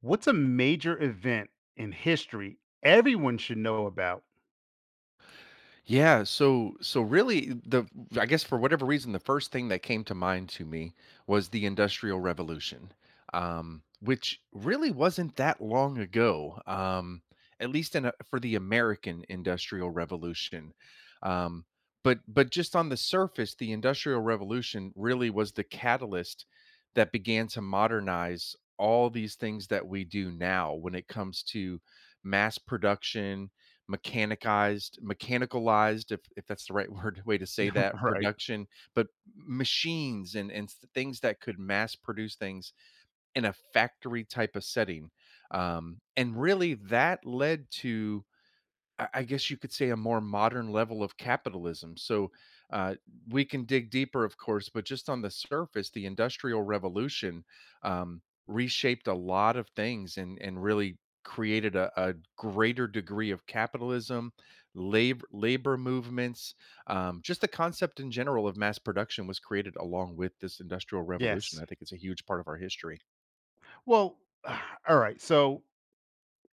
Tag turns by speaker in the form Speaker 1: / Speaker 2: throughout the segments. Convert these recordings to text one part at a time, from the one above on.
Speaker 1: What's a major event in history everyone should know about?
Speaker 2: So really the I guess for whatever reason the first thing that came to mind to me was the Industrial Revolution. Which really wasn't that long ago. At least in a, For the American Industrial Revolution. Um but just on the surface, the Industrial Revolution really was the catalyst that began to modernize all these things that we do now when it comes to mass production, mechanicized mechanicalized if that's the right word way to say
Speaker 1: All
Speaker 2: that
Speaker 1: right.
Speaker 2: production. But machines and things that could mass produce things in a factory type of setting, and really that led to, I guess you could say, a more modern level of capitalism. So uh, we can dig deeper, of course, but just on the surface, the Industrial Revolution um, reshaped a lot of things and really created a greater degree of capitalism, labor movements. Just the concept in general of mass production was created along with this Industrial Revolution.
Speaker 1: Yes.
Speaker 2: I think it's a huge part of our history.
Speaker 1: Well, all right. So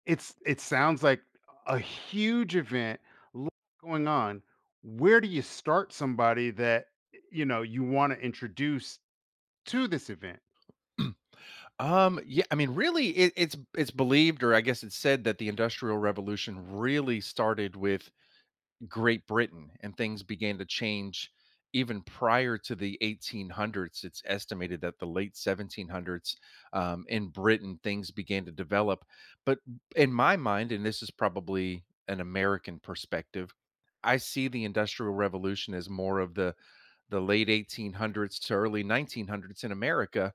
Speaker 1: it sounds like a huge event, lot going on. Where do you start somebody that you know you want to introduce to this event?
Speaker 2: Yeah, I mean, really, it's believed, or I guess it's said that the Industrial Revolution really started with Great Britain, and things began to change even prior to the 1800s. It's estimated that the late 1700s, in Britain, things began to develop. But in my mind, and this is probably an American perspective, I see the Industrial Revolution as more of the late 1800s to early 1900s in America,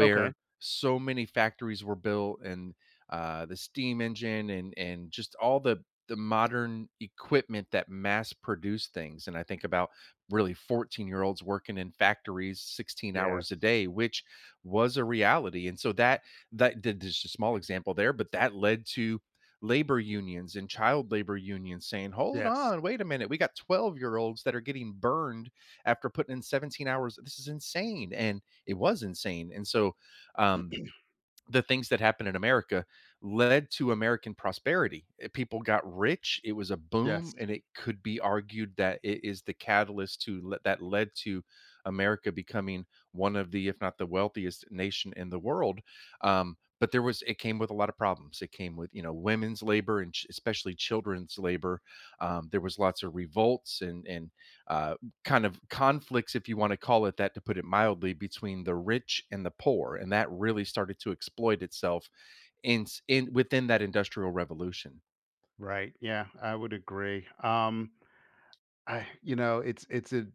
Speaker 1: Okay.
Speaker 2: so many factories were built and the steam engine and just all the modern equipment that mass produced things. And I think about really 14-year-olds working in factories 16
Speaker 1: Yeah.
Speaker 2: hours a day, which was a reality. And so that is just a small example there, but that led to labor unions and child labor unions saying, hold
Speaker 1: Yes.
Speaker 2: on, wait a minute, we got 12-year-olds that are getting burned after putting in 17 hours. This is insane. And it was insane. And so, um, the things that happened in America led to American prosperity. Eh, people got rich. It was a boom,
Speaker 1: Yes.
Speaker 2: and it could be argued that it is the catalyst to that led to America becoming one of the, if not the, wealthiest nation in the world. But there was, it came with a lot of problems. It came with, you know, women's labor and especially children's labor. There was lots of revolts and uh, kind of conflicts, if you want to call it that, to put it mildly, between the rich and the poor, and that really started to exploit itself in in within that industrial revolution.
Speaker 1: Right. Yeah, I would agree. It's a,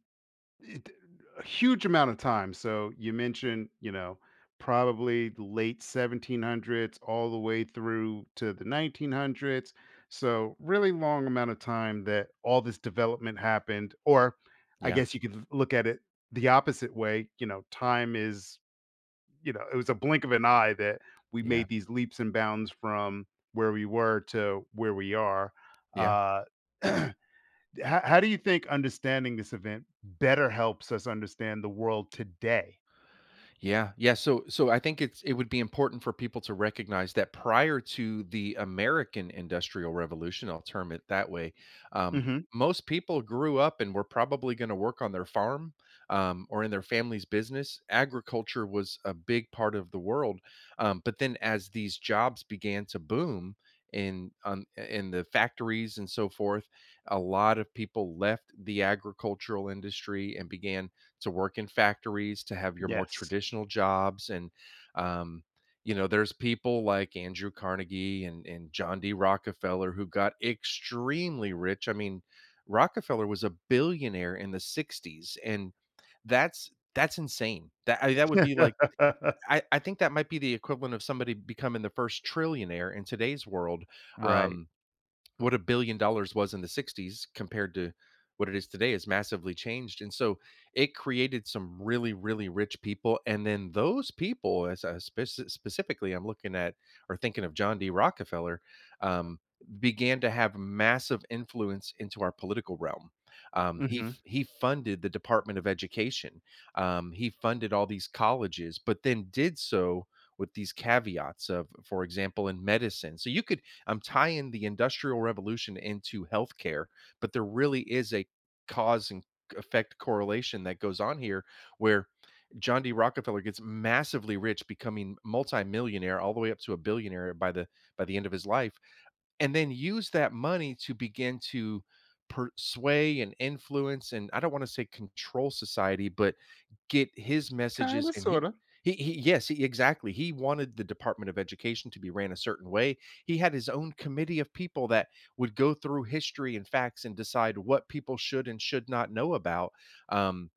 Speaker 1: it a huge amount of time. So you mentioned, you know, probably late 1700s all the way through to the 1900s. So really long amount of time that all this development happened. Or I
Speaker 2: Yeah,
Speaker 1: guess you could look at it the opposite way, you know, time is, you know, it was a blink of an eye that we
Speaker 2: yeah,
Speaker 1: made these leaps and bounds from where we were to where we are.
Speaker 2: yeah.
Speaker 1: Uh how do you think understanding this event better helps us understand the world today?
Speaker 2: Yeah. So, so I think it would be important for people to recognize that prior to the American Industrial Revolution, I'll term it that way, um,
Speaker 1: Hmm.
Speaker 2: most people grew up and were probably going to work on their farm, or in their family's business. Agriculture was a big part of the world, but then as these jobs began to boom in the factories and so forth, a lot of people left the agricultural industry and began to work in factories, to have your more
Speaker 1: Yes.
Speaker 2: traditional jobs. And, um, you know, there's people like Andrew Carnegie and John D. Rockefeller, who got extremely rich. I mean, Rockefeller was a billionaire in the 60s, and that's insane. That would be like, I think that might be the equivalent of somebody becoming the first trillionaire in today's world.
Speaker 1: Right.
Speaker 2: Um, what $1 billion was in the 60s compared to what it is today has massively changed, and so it created some really really rich people. And then those people, as I specifically I'm looking at or thinking of John D. Rockefeller, um, began to have massive influence into our political realm.
Speaker 1: Hmm.
Speaker 2: He funded the Department of Education. He funded all these colleges but then did so with these caveats of, for example, in medicine. So you could, I'm tying the Industrial Revolution into healthcare, but there really is a cause and effect correlation that goes on here, where John D. Rockefeller gets massively rich, becoming multimillionaire all the way up to a billionaire by the end of his life, and then use that money to begin to sway and influence and, I don't want to say, control society, but get his
Speaker 1: Kinda,
Speaker 2: messages and he.
Speaker 1: sorta.
Speaker 2: Yes, he, exactly. He wanted the Department of Education to be ran a certain way. He had his own committee of people that would go through history and facts and decide what people should and should not know about. Um,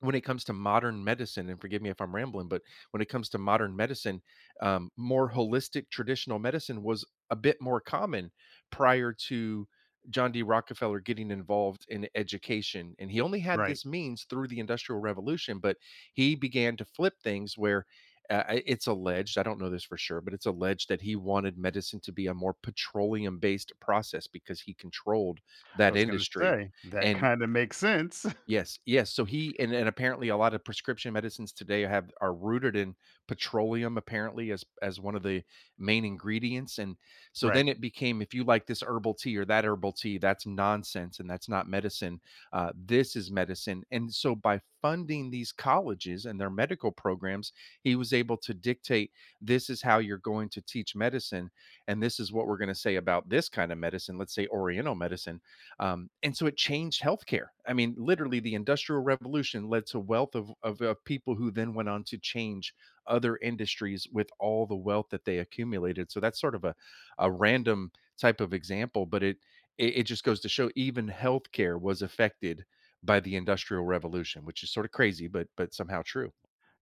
Speaker 2: when it comes to modern medicine, and forgive me if I'm rambling, but when it comes to modern medicine, more holistic traditional medicine was a bit more common prior to John D. Rockefeller getting involved in education. And he only had
Speaker 1: Right.
Speaker 2: this means through the Industrial Revolution, but he began to flip things where, it's alleged, I don't know this for sure, but it's alleged that he wanted medicine to be a more petroleum based process because he controlled
Speaker 1: I
Speaker 2: that
Speaker 1: was gonna
Speaker 2: industry.
Speaker 1: say, that
Speaker 2: And
Speaker 1: kinda makes sense.
Speaker 2: yes, yes, so he, and apparently a lot of prescription medicines today have, are rooted in petroleum apparently as one of the main ingredients. And so
Speaker 1: Right.
Speaker 2: then it became, if you like this herbal tea or that herbal tea, that's nonsense and that's not medicine, this is medicine. And so by funding these colleges and their medical programs, he was able to dictate, "This is how you're going to teach medicine, and this is what we're gonna say about this kind of medicine," let's say oriental medicine. And so it changed healthcare. I mean, literally, the Industrial Revolution led to wealth of people who then went on to change other industries with all the wealth that they accumulated. So that's sort of a random type of example, but it it just goes to show even healthcare was affected by the Industrial Revolution, which is sort of crazy, but somehow true.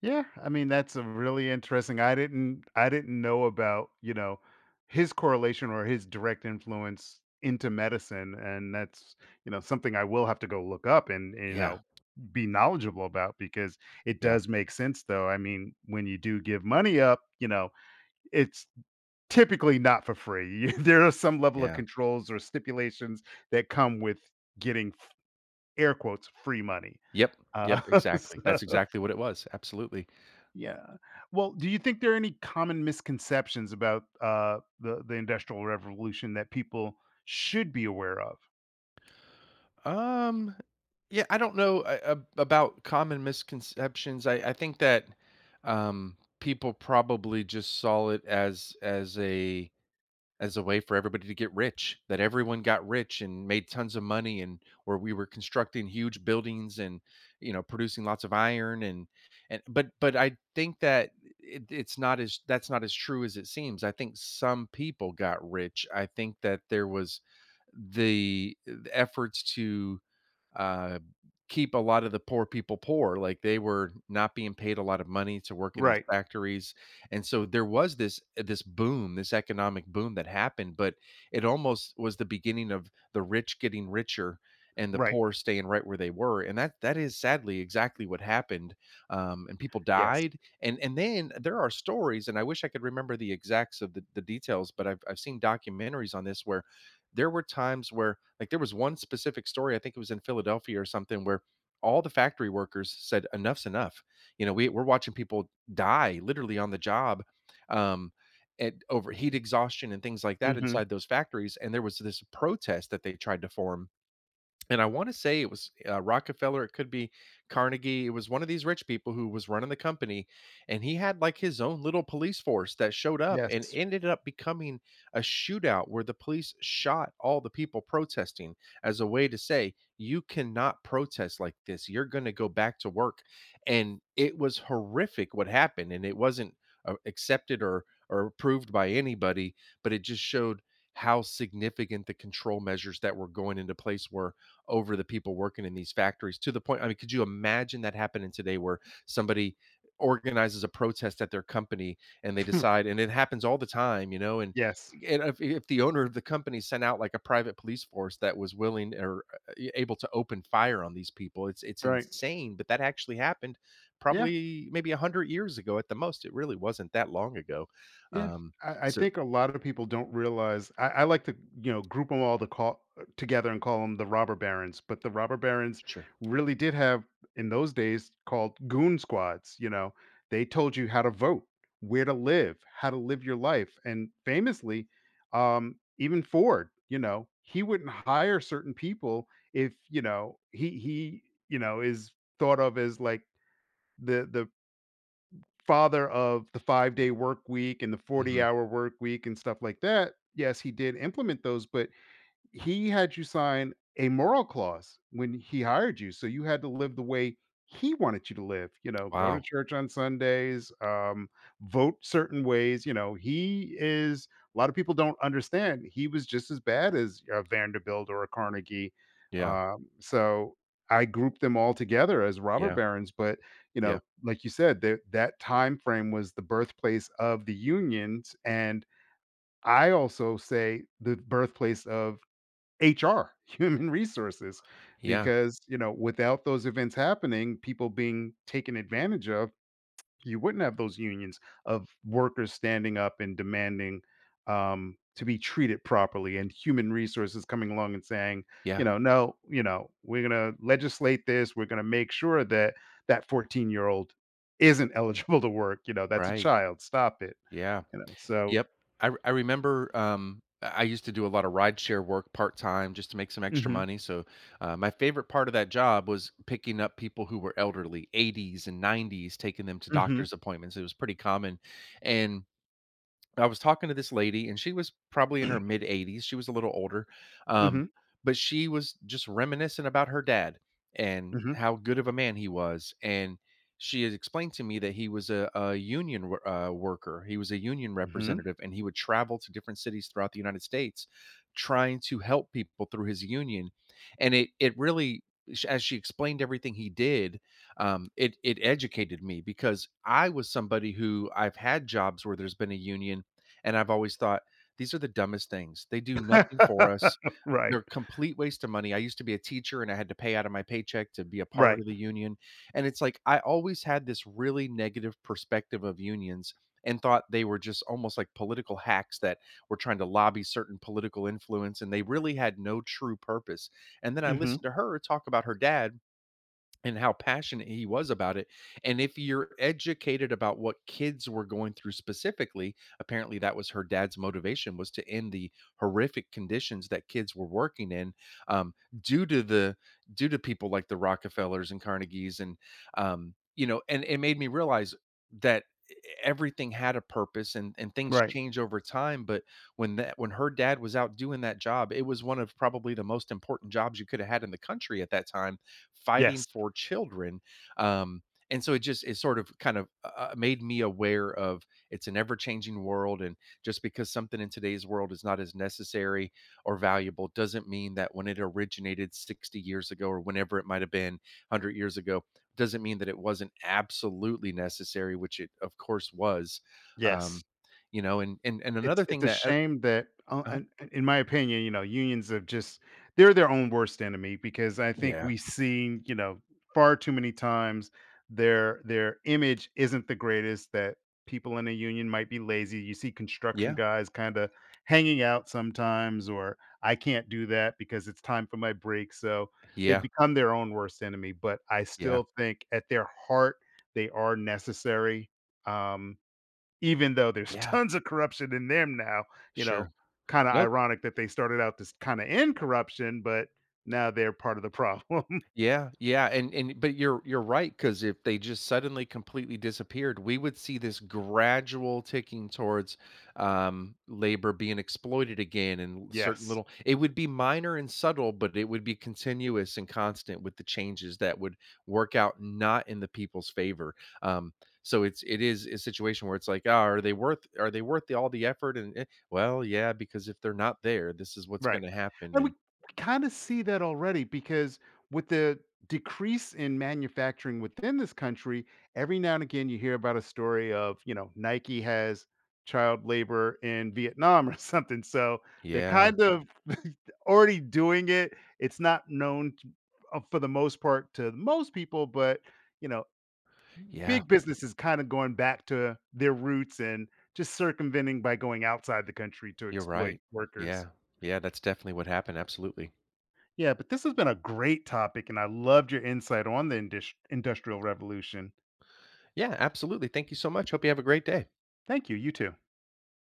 Speaker 1: Yeah, I mean that's a really interesting. I didn't know about, you know, his correlation or his direct influence into medicine, and that's, you know, something I will have to go look up and, you
Speaker 2: Yeah,
Speaker 1: know, be knowledgeable about because it
Speaker 2: yeah,
Speaker 1: does make sense though. I mean, when you do give money up, you know, it's typically not for free. There are some level of
Speaker 2: yeah.
Speaker 1: controls or stipulations that come with getting f- air quotes free money.
Speaker 2: Yep,
Speaker 1: Uh,
Speaker 2: yep, exactly.
Speaker 1: so
Speaker 2: That's exactly what it was. Absolutely.
Speaker 1: yeah. Well, do you think there are any common misconceptions about the Industrial Revolution that people should be aware of?
Speaker 2: Um, yeah, I don't know about common misconceptions. I think that, people probably just saw it as as a way for everybody to get rich. That everyone got rich and made tons of money, and where we were constructing huge buildings and, you know, producing lots of iron and but I think that it, it's not as that's not as true as it seems. I think some people got rich. I think that there was the efforts to uh, keep a lot of the poor people poor. Like, they were not being paid a lot of money to work in these
Speaker 1: Right.
Speaker 2: factories, and so there was this this boom, this economic boom that happened. But it almost was the beginning of the rich getting richer and the
Speaker 1: Right.
Speaker 2: poor staying right where they were, and that that is sadly exactly what happened. And people
Speaker 1: Yes.
Speaker 2: died, and then there are stories. And I wish I could remember the exacts of the details, but I've seen documentaries on this where there were times where, like, there was one specific story, I think it was in Philadelphia or something, where all the factory workers said enough's enough. You know, we we're watching people die literally on the job. Um and over heat exhaustion and things like that
Speaker 1: Hmm.
Speaker 2: inside those factories. And there was this protest that they tried to form, and I want to say it was Rockefeller, it could be Carnegie. It was one of these rich people who was running the company, and he had like his own little police force that showed up and
Speaker 1: Yes.
Speaker 2: ended up becoming a shootout where the police shot all the people protesting as a way to say, you cannot protest like this. You're going to go back to work. And it was horrific what happened, and it wasn't accepted or approved by anybody, but it just showed how significant the control measures that were going into place were over the people working in these factories. To the point, I mean, could you imagine that happening today, where somebody organizes a protest at their company and they decide, and it happens all the time, you know? And
Speaker 1: Yes.
Speaker 2: if the owner of the company sent out like a private police force that was willing or able to open fire on these people, it's
Speaker 1: Right.
Speaker 2: insane, but that actually happened
Speaker 1: Yeah.
Speaker 2: probably maybe 100 years ago at the most. It really wasn't that long ago.
Speaker 1: Yeah,
Speaker 2: Um
Speaker 1: I
Speaker 2: so
Speaker 1: think a lot of people don't realize. I like to, you know, group them all to call, together, and call them the robber barons. But the robber barons
Speaker 2: sure
Speaker 1: really did have, in those days, called goon squads. You know, they told you how to vote, where to live, how to live your life, and famously, even Ford. You know, he wouldn't hire certain people. If you know he You know, is thought of as like the father of the five-day work week and the
Speaker 2: hmm
Speaker 1: 40-hour work week and stuff like that, yes, he did implement those, but he had you sign a moral clause when he hired you. So you had to live the way he wanted you to live, you know, go to
Speaker 2: wow
Speaker 1: church on Sundays, vote certain ways. You know, he is, a lot of people don't understand. He was just as bad as a Vanderbilt or a Carnegie.
Speaker 2: yeah
Speaker 1: So I grouped them all together as robber
Speaker 2: yeah
Speaker 1: barons. But, you
Speaker 2: yeah
Speaker 1: know, like you said, that that time frame was the birthplace of the unions. And I also say the birthplace of HR, human resources,
Speaker 2: yeah
Speaker 1: because, you know, without those events happening, people being taken advantage of, you wouldn't have those unions of workers standing up and demanding, to be treated properly, and human resources coming along and saying, you
Speaker 2: yeah
Speaker 1: know, no, you know, we're gonna legislate this. We're gonna make sure that that 14-year-old isn't eligible to work. You know, that's a
Speaker 2: right
Speaker 1: child. Stop it.
Speaker 2: Yeah.
Speaker 1: You know, so.
Speaker 2: Yep. I remember, I used to do a lot of rideshare work part-time just to make some extra
Speaker 1: Hmm.
Speaker 2: money, so, my favorite part of that job was picking up people who were elderly, 80s and 90s, taking them to
Speaker 1: Hmm.
Speaker 2: doctor's appointments. It was pretty common, and I was talking to this lady, and she was probably in her mid 80s. She was a little older, um,
Speaker 1: Hmm.
Speaker 2: but she was just reminiscing about her dad and
Speaker 1: Hmm.
Speaker 2: how good of a man he was. And she had explained to me that he was a union worker. He was a union
Speaker 1: Hmm.
Speaker 2: representative, and he would travel to different cities throughout the United States trying to help people through his union. And it really, as she explained everything he did, it educated me, because I was somebody who, I've had jobs where there's been a union, and I've always thought, "These are the dumbest things. They do nothing for us.
Speaker 1: Right.
Speaker 2: They're complete waste of money." I used to be a teacher, and I had to pay out of my paycheck to be a part
Speaker 1: Right.
Speaker 2: of the union, and it's like, I always had this really negative perspective of unions and thought they were just almost like political hacks that were trying to lobby certain political influence, and they really had no true purpose. And then I
Speaker 1: Mhm.
Speaker 2: listened to her talk about her dad and how passionate he was about it. And if you're educated about what kids were going through specifically, apparently that was her dad's motivation, was to end the horrific conditions that kids were working in, um, due to the due to people like the Rockefellers and Carnegies and, you know, and it made me realize that, e, everything had a purpose, and things
Speaker 1: Right.
Speaker 2: change over time. But when that, when her dad was out doing that job, it was one of probably the most important jobs you could have had in the country at that time, fighting
Speaker 1: Yes.
Speaker 2: for children. Um, and so it just, it sort of kind of made me aware of, it's an ever changing world, and just because something in today's world is not as necessary or valuable doesn't mean that when it originated 60 years ago, or whenever it might have been, 100 years ago, doesn't mean that it wasn't absolutely necessary, which it of course was.
Speaker 1: Yes.
Speaker 2: Um, you know, and another
Speaker 1: It's
Speaker 2: thing
Speaker 1: a
Speaker 2: that
Speaker 1: shame that,
Speaker 2: uh,
Speaker 1: in my opinion, you know, unions have just, they're their own worst enemy, because I think
Speaker 2: yeah,
Speaker 1: we've seen, you know, far too many times their image isn't the greatest, that people in a union might be lazy. You see construction
Speaker 2: yeah,
Speaker 1: guys kinda hanging out sometimes or, "I can't do that because it's time for my break," so they
Speaker 2: yeah,
Speaker 1: become their own worst enemy, but I
Speaker 2: yeah,
Speaker 1: still think at their heart, they are necessary, um, even though there's
Speaker 2: yeah,
Speaker 1: tons of corruption in them now. You know,
Speaker 2: sure.
Speaker 1: kind of
Speaker 2: No.
Speaker 1: ironic that they started out this kind of in corruption, but now they're part of the problem.
Speaker 2: Yeah, yeah, and but you're right, right, because if they just suddenly completely disappeared, we would see this gradual ticking towards, labor being exploited again, and certain
Speaker 1: Yes.
Speaker 2: little, it would be minor and subtle, but it would be continuous and constant, with the changes that would work out not in the people's favor. Um, so it's, it is a situation where it's like, "Ah, are they worth, are they worth the all the effort?" And, eh, "Well, yeah, because if they're not there, this is what's
Speaker 1: Right.
Speaker 2: gonna happen,"
Speaker 1: And we
Speaker 2: and
Speaker 1: kind of see that already because with the decrease in manufacturing within this country, every now and again you hear about a story of, you know, Nike has child labor in Vietnam or something. So they're
Speaker 2: yeah,
Speaker 1: kind of already doing it. It's not known t- for the most part to most people, but you know,
Speaker 2: yeah.
Speaker 1: big business is kind of going back to their roots and just circumventing by going outside the country to
Speaker 2: You're
Speaker 1: exploit
Speaker 2: right.
Speaker 1: workers.
Speaker 2: Yeah. Yeah, that's definitely what happened, absolutely.
Speaker 1: Yeah, but this has been a great topic, and I loved your insight on the indus- Industrial Revolution.
Speaker 2: Yeah, absolutely, thank you so much, hope you have a great day.
Speaker 1: Thank you. You too.